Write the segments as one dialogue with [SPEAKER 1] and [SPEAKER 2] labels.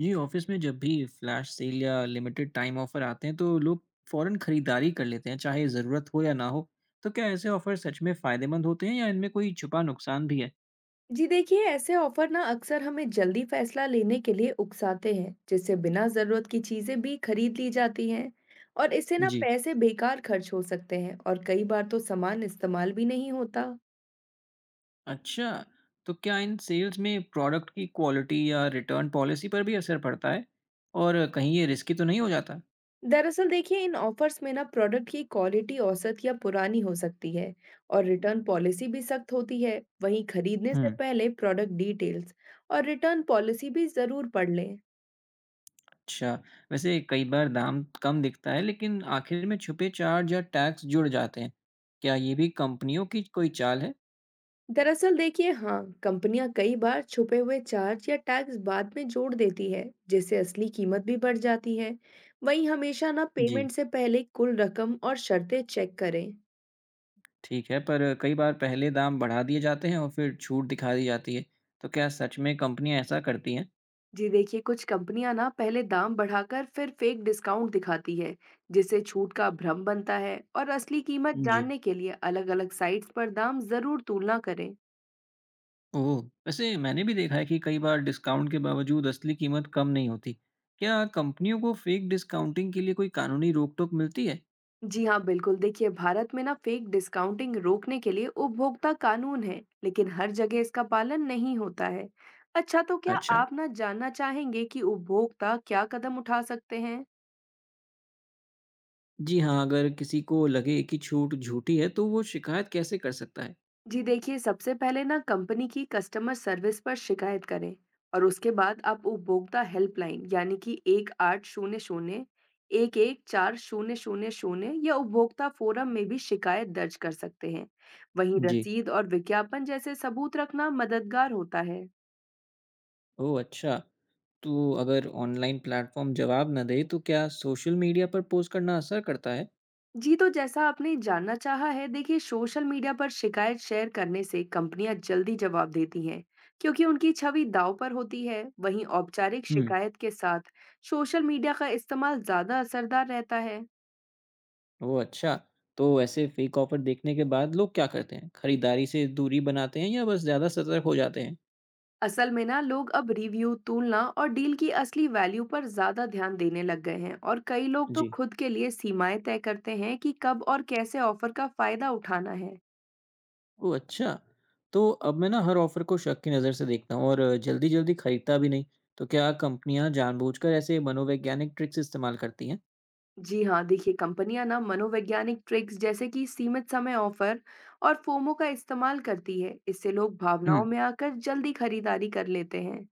[SPEAKER 1] जी। Office में जब भी फ्लैश सेल या लिमिटेड टाइम ऑफर आते हैं तो लोग फौरन खरीदारी कर लेते हैं, चाहे ज़रूरत हो या ना हो। तो क्या ऐसे ऑफर सच में फ़ायदेमंद होते हैं या इनमें कोई छुपा नुकसान भी है?
[SPEAKER 2] जी देखिए ऐसे ऑफर ना अक्सर हमें जल्दी फैसला लेने के लिए उकसाते हैं जिससे बिना जरूरत की चीजें भी खरीद ली जाती हैं। और इससे ना
[SPEAKER 1] जी,
[SPEAKER 2] पैसे बेकार खर्च हो सकते हैं और कई बार तो सामान इस्तेमाल भी नहीं होता।
[SPEAKER 1] अच्छा। तो क्या इन सेल्स में प्रोडक्ट की क्वालिटी या रिटर्न पॉलिसी पर भी असर पड़ता है और कहीं ये रिस्की तो नहीं हो जाता?
[SPEAKER 2] दरअसल देखिए इन ऑफर्स में ना प्रोडक्ट की क्वालिटी औसत या पुरानी हो सकती है और रिटर्न पॉलिसी भी सख्त होती है। वहीं खरीदने से
[SPEAKER 1] हम्म,
[SPEAKER 2] पहले प्रोडक्ट डिटेल्स और रिटर्न पॉलिसी भी जरूर पढ़ लें।
[SPEAKER 1] अच्छा। वैसे कई बार दाम कम दिखता है लेकिन आखिर में छुपे चार्ज या टैक्स जुड़ जाते हैं। क्या ये भी कंपनियों की कोई चाल है?
[SPEAKER 2] दरअसल देखिए हाँ, कंपनियां कई बार छुपे हुए चार्ज या टैक्स बाद में जोड़ देती है जिससे असली कीमत भी बढ़ जाती है। वहीं हमेशा ना
[SPEAKER 1] जी,
[SPEAKER 2] पेमेंट से पहले कुल रकम और शर्तें चेक करें।
[SPEAKER 1] ठीक है, पर कई बार पहले दाम बढ़ा दिए जाते हैं और फिर छूट दिखा दी जाती है। तो क्या सच में कंपनियाँ ऐसा करती हैं?
[SPEAKER 2] जी देखिए कुछ कंपनियां ना पहले दाम बढ़ाकर फिर फेक डिस्काउंट दिखाती है जिससे छूट का भ्रम बनता है। और असली कीमत
[SPEAKER 1] जी,
[SPEAKER 2] जानने के लिए अलग-अलग साइट्स पर दाम जरूर तुलना करें।
[SPEAKER 1] ओह, वैसे मैंने भी देखा है कि कई बार डिस्काउंट के बावजूद असली कीमत कम नहीं होती। क्या कंपनियों को फेक डिस्काउंटिंग के लिए कोई कानूनी रोक-टोक मिलती है?
[SPEAKER 2] जी हाँ, बिल्कुल देखिए भारत में ना फेक डिस्काउंटिंग रोकने के लिए उपभोक्ता कानून है, लेकिन हर जगह इसका पालन नहीं होता है। अच्छा, तो क्या
[SPEAKER 1] अच्छा।
[SPEAKER 2] आप ना जानना चाहेंगे कि उपभोक्ता क्या कदम उठा सकते हैं?
[SPEAKER 1] जी हाँ, अगर किसी को लगे कि छूट झूठी है, तो वो शिकायत कैसे कर सकता है?
[SPEAKER 2] जी देखिए सबसे पहले ना कंपनी की कस्टमर सर्विस पर शिकायत करें और उसके बाद आप उपभोक्ता हेल्पलाइन यानी कि 1800-11-4000 या उपभोक्ता फोरम में भी शिकायत दर्ज कर सकते हैं। वहीं
[SPEAKER 1] जी,
[SPEAKER 2] रसीद और विज्ञापन जैसे सबूत रखना मददगार होता है।
[SPEAKER 1] ओह अच्छा। तो अगर ऑनलाइन प्लेटफॉर्म जवाब न दे, तो क्या सोशल मीडिया पर पोस्ट करना असर करता है?
[SPEAKER 2] जी, तो जैसा आपने जानना चाहा है, देखिए सोशल मीडिया पर शिकायत शेयर करने से कंपनियां जल्दी जवाब देती हैं, क्योंकि उनकी छवि दांव पर होती है। वहीं औपचारिक
[SPEAKER 1] हम्म,
[SPEAKER 2] शिकायत के साथ सोशल मीडिया का इस्तेमाल ज्यादा असरदार रहता है।
[SPEAKER 1] ओह अच्छा! तो ऐसे फेक ऑफर देखने के बाद लोग क्या करते हैं? खरीदारी से दूरी बनाते हैं या बस ज़्यादा सतर्क हो जाते हैं?
[SPEAKER 2] असल में ना लोग अब रिव्यू, तुलना और डील की असली वैल्यू पर ज्यादा ध्यान देने लग गए हैं और कई लोग तो
[SPEAKER 1] जी।
[SPEAKER 2] खुद के लिए सीमाएं तय करते हैं कि कब और कैसे ऑफर का फायदा उठाना है।
[SPEAKER 1] ओह अच्छा! तो अब मैं ना हर ऑफर को शक की नज़र से देखता हूँ और जल्दी-जल्दी खरीदता भी नहीं। तो क्या कंपनियाँ जानबूझकर ऐसे मनोवैज्ञानिक ट्रिक्स इस्तेमाल करती हैं?
[SPEAKER 2] जी हाँ, देखिए कंपनियां ना मनोवैज्ञानिक ट्रिक्स जैसे कि सीमित समय ऑफर और फोमो का इस्तेमाल करती है। इससे लोग
[SPEAKER 1] हुँ।
[SPEAKER 2] भावनाओं में आकर जल्दी खरीदारी कर लेते हैं।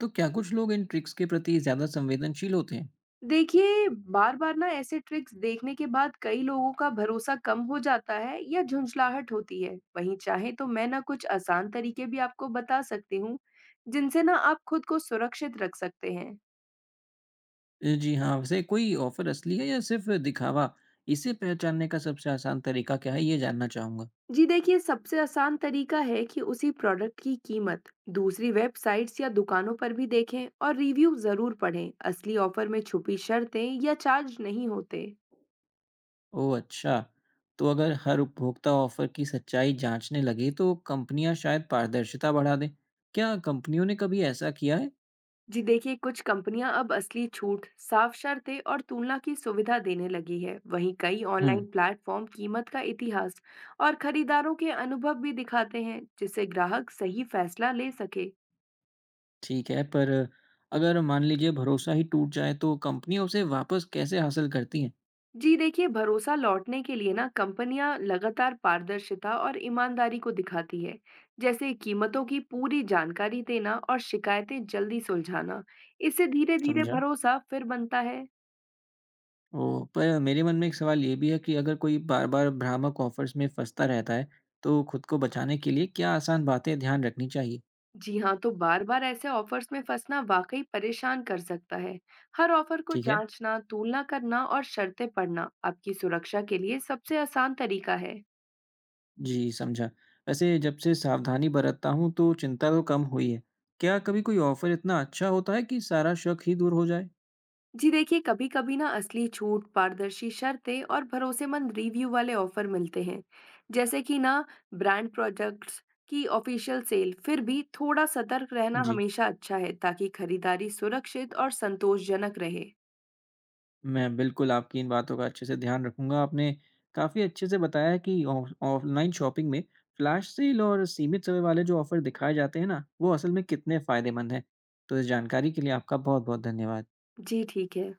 [SPEAKER 1] तो क्या कुछ लोग इन ट्रिक्स के प्रति ज़्यादा संवेदनशील होते हैं?
[SPEAKER 2] देखिए, बार-बार ना ऐसे ट्रिक्स देखने के बाद कई लोगों का भरोसा कम हो जाता है या झुंझलाहट होती है। वहीं चाहे तो मैं ना कुछ आसान तरीके भी आपको बता सकती हूँ, जिनसे ना आप खुद को सुरक्षित रख सकते हैं।
[SPEAKER 1] जी हाँ, वैसे कोई ऑफर असली है या सिर्फ़ दिखावा? इसे पहचानने का सबसे आसान तरीका क्या है, ये जानना चाहूँगा।
[SPEAKER 2] जी देखिए सबसे आसान तरीका है कि उसी प्रोडक्ट की कीमत दूसरी वेबसाइट्स या दुकानों पर भी देखें और रिव्यू जरूर पढ़ें। असली ऑफर में छुपी शर्तें या चार्ज नहीं होते।
[SPEAKER 1] ओह अच्छा! तो अगर हर उपभोक्ता ऑफ़र की सच्चाई जाँचने लगे तो कंपनियाँ शायद पारदर्शिता बढ़ा दें। क्या कंपनियों ने कभी ऐसा किया है?
[SPEAKER 2] जी देखिए कुछ कंपनियां अब असली छूट, साफ शर्तें और तुलना की सुविधा देने लगी है। वहीं कई
[SPEAKER 1] हुँ,
[SPEAKER 2] ऑनलाइन प्लेटफॉर्म कीमत का इतिहास और खरीदारों के अनुभव भी दिखाते हैं, जिससे ग्राहक सही फैसला ले सके।
[SPEAKER 1] ठीक है पर अगर मान लीजिए भरोसा ही टूट जाए तो कंपनियाँ उसे वापस कैसे हासिल करती हैं?
[SPEAKER 2] जी देखिए, भरोसा लौटने के लिए ना कंपनियां लगातार पारदर्शिता और ईमानदारी को दिखाती है, जैसे कीमतों की पूरी जानकारी देना और शिकायतें जल्दी सुलझाना। इससे धीरे-धीरे
[SPEAKER 1] समझा।
[SPEAKER 2] भरोसा फिर बनता है।
[SPEAKER 1] ओह! पर मेरे मन में एक सवाल ये भी है कि अगर कोई बार-बार भ्रामक ऑफ़र्स में फँसता रहता है तो खुद को बचाने के लिए क्या आसान बातें ध्यान रखनी चाहिए?
[SPEAKER 2] जी हाँ, तो बार-बार ऐसे ऑफर्स में फंसना वाकई परेशान कर सकता है। हर ऑफर को
[SPEAKER 1] ठीक है।
[SPEAKER 2] जांचना, तुलना करना और शर्तें पढ़ना आपकी सुरक्षा के लिए सबसे आसान तरीका है।
[SPEAKER 1] जी, समझा। वैसे जब से सावधानी बरतता हूँ तो चिंता तो कम हुई है। क्या कभी कोई ऑफ़र इतना अच्छा होता है कि सारा शक ही दूर हो जाए?
[SPEAKER 2] जी देखिए कभी कभी ना असली छूट, पारदर्शी शर्तें और भरोसेमंद रिव्यू वाले ऑफर मिलते हैं, जैसे कि ना ब्रांड प्रोडक्ट्स की ऑफिशियल सेल। फिर भी थोड़ा सतर्क रहना
[SPEAKER 1] जी,
[SPEAKER 2] हमेशा अच्छा है, ताकि खरीदारी सुरक्षित और संतोषजनक रहे।
[SPEAKER 1] मैं बिल्कुल आपकी इन बातों का अच्छे से ध्यान रखूँगा। आपने काफ़ी अच्छे से बताया है कि ऑफ़लाइन शॉपिंग में फ्लैश सेल और सीमित समय वाले जो ऑफ़र दिखाए जाते हैं ना, वो असल में कितने फ़ायदेमंद हैं। तो इस जानकारी के लिए आपका बहुत-बहुत धन्यवाद।
[SPEAKER 2] जी ठीक है।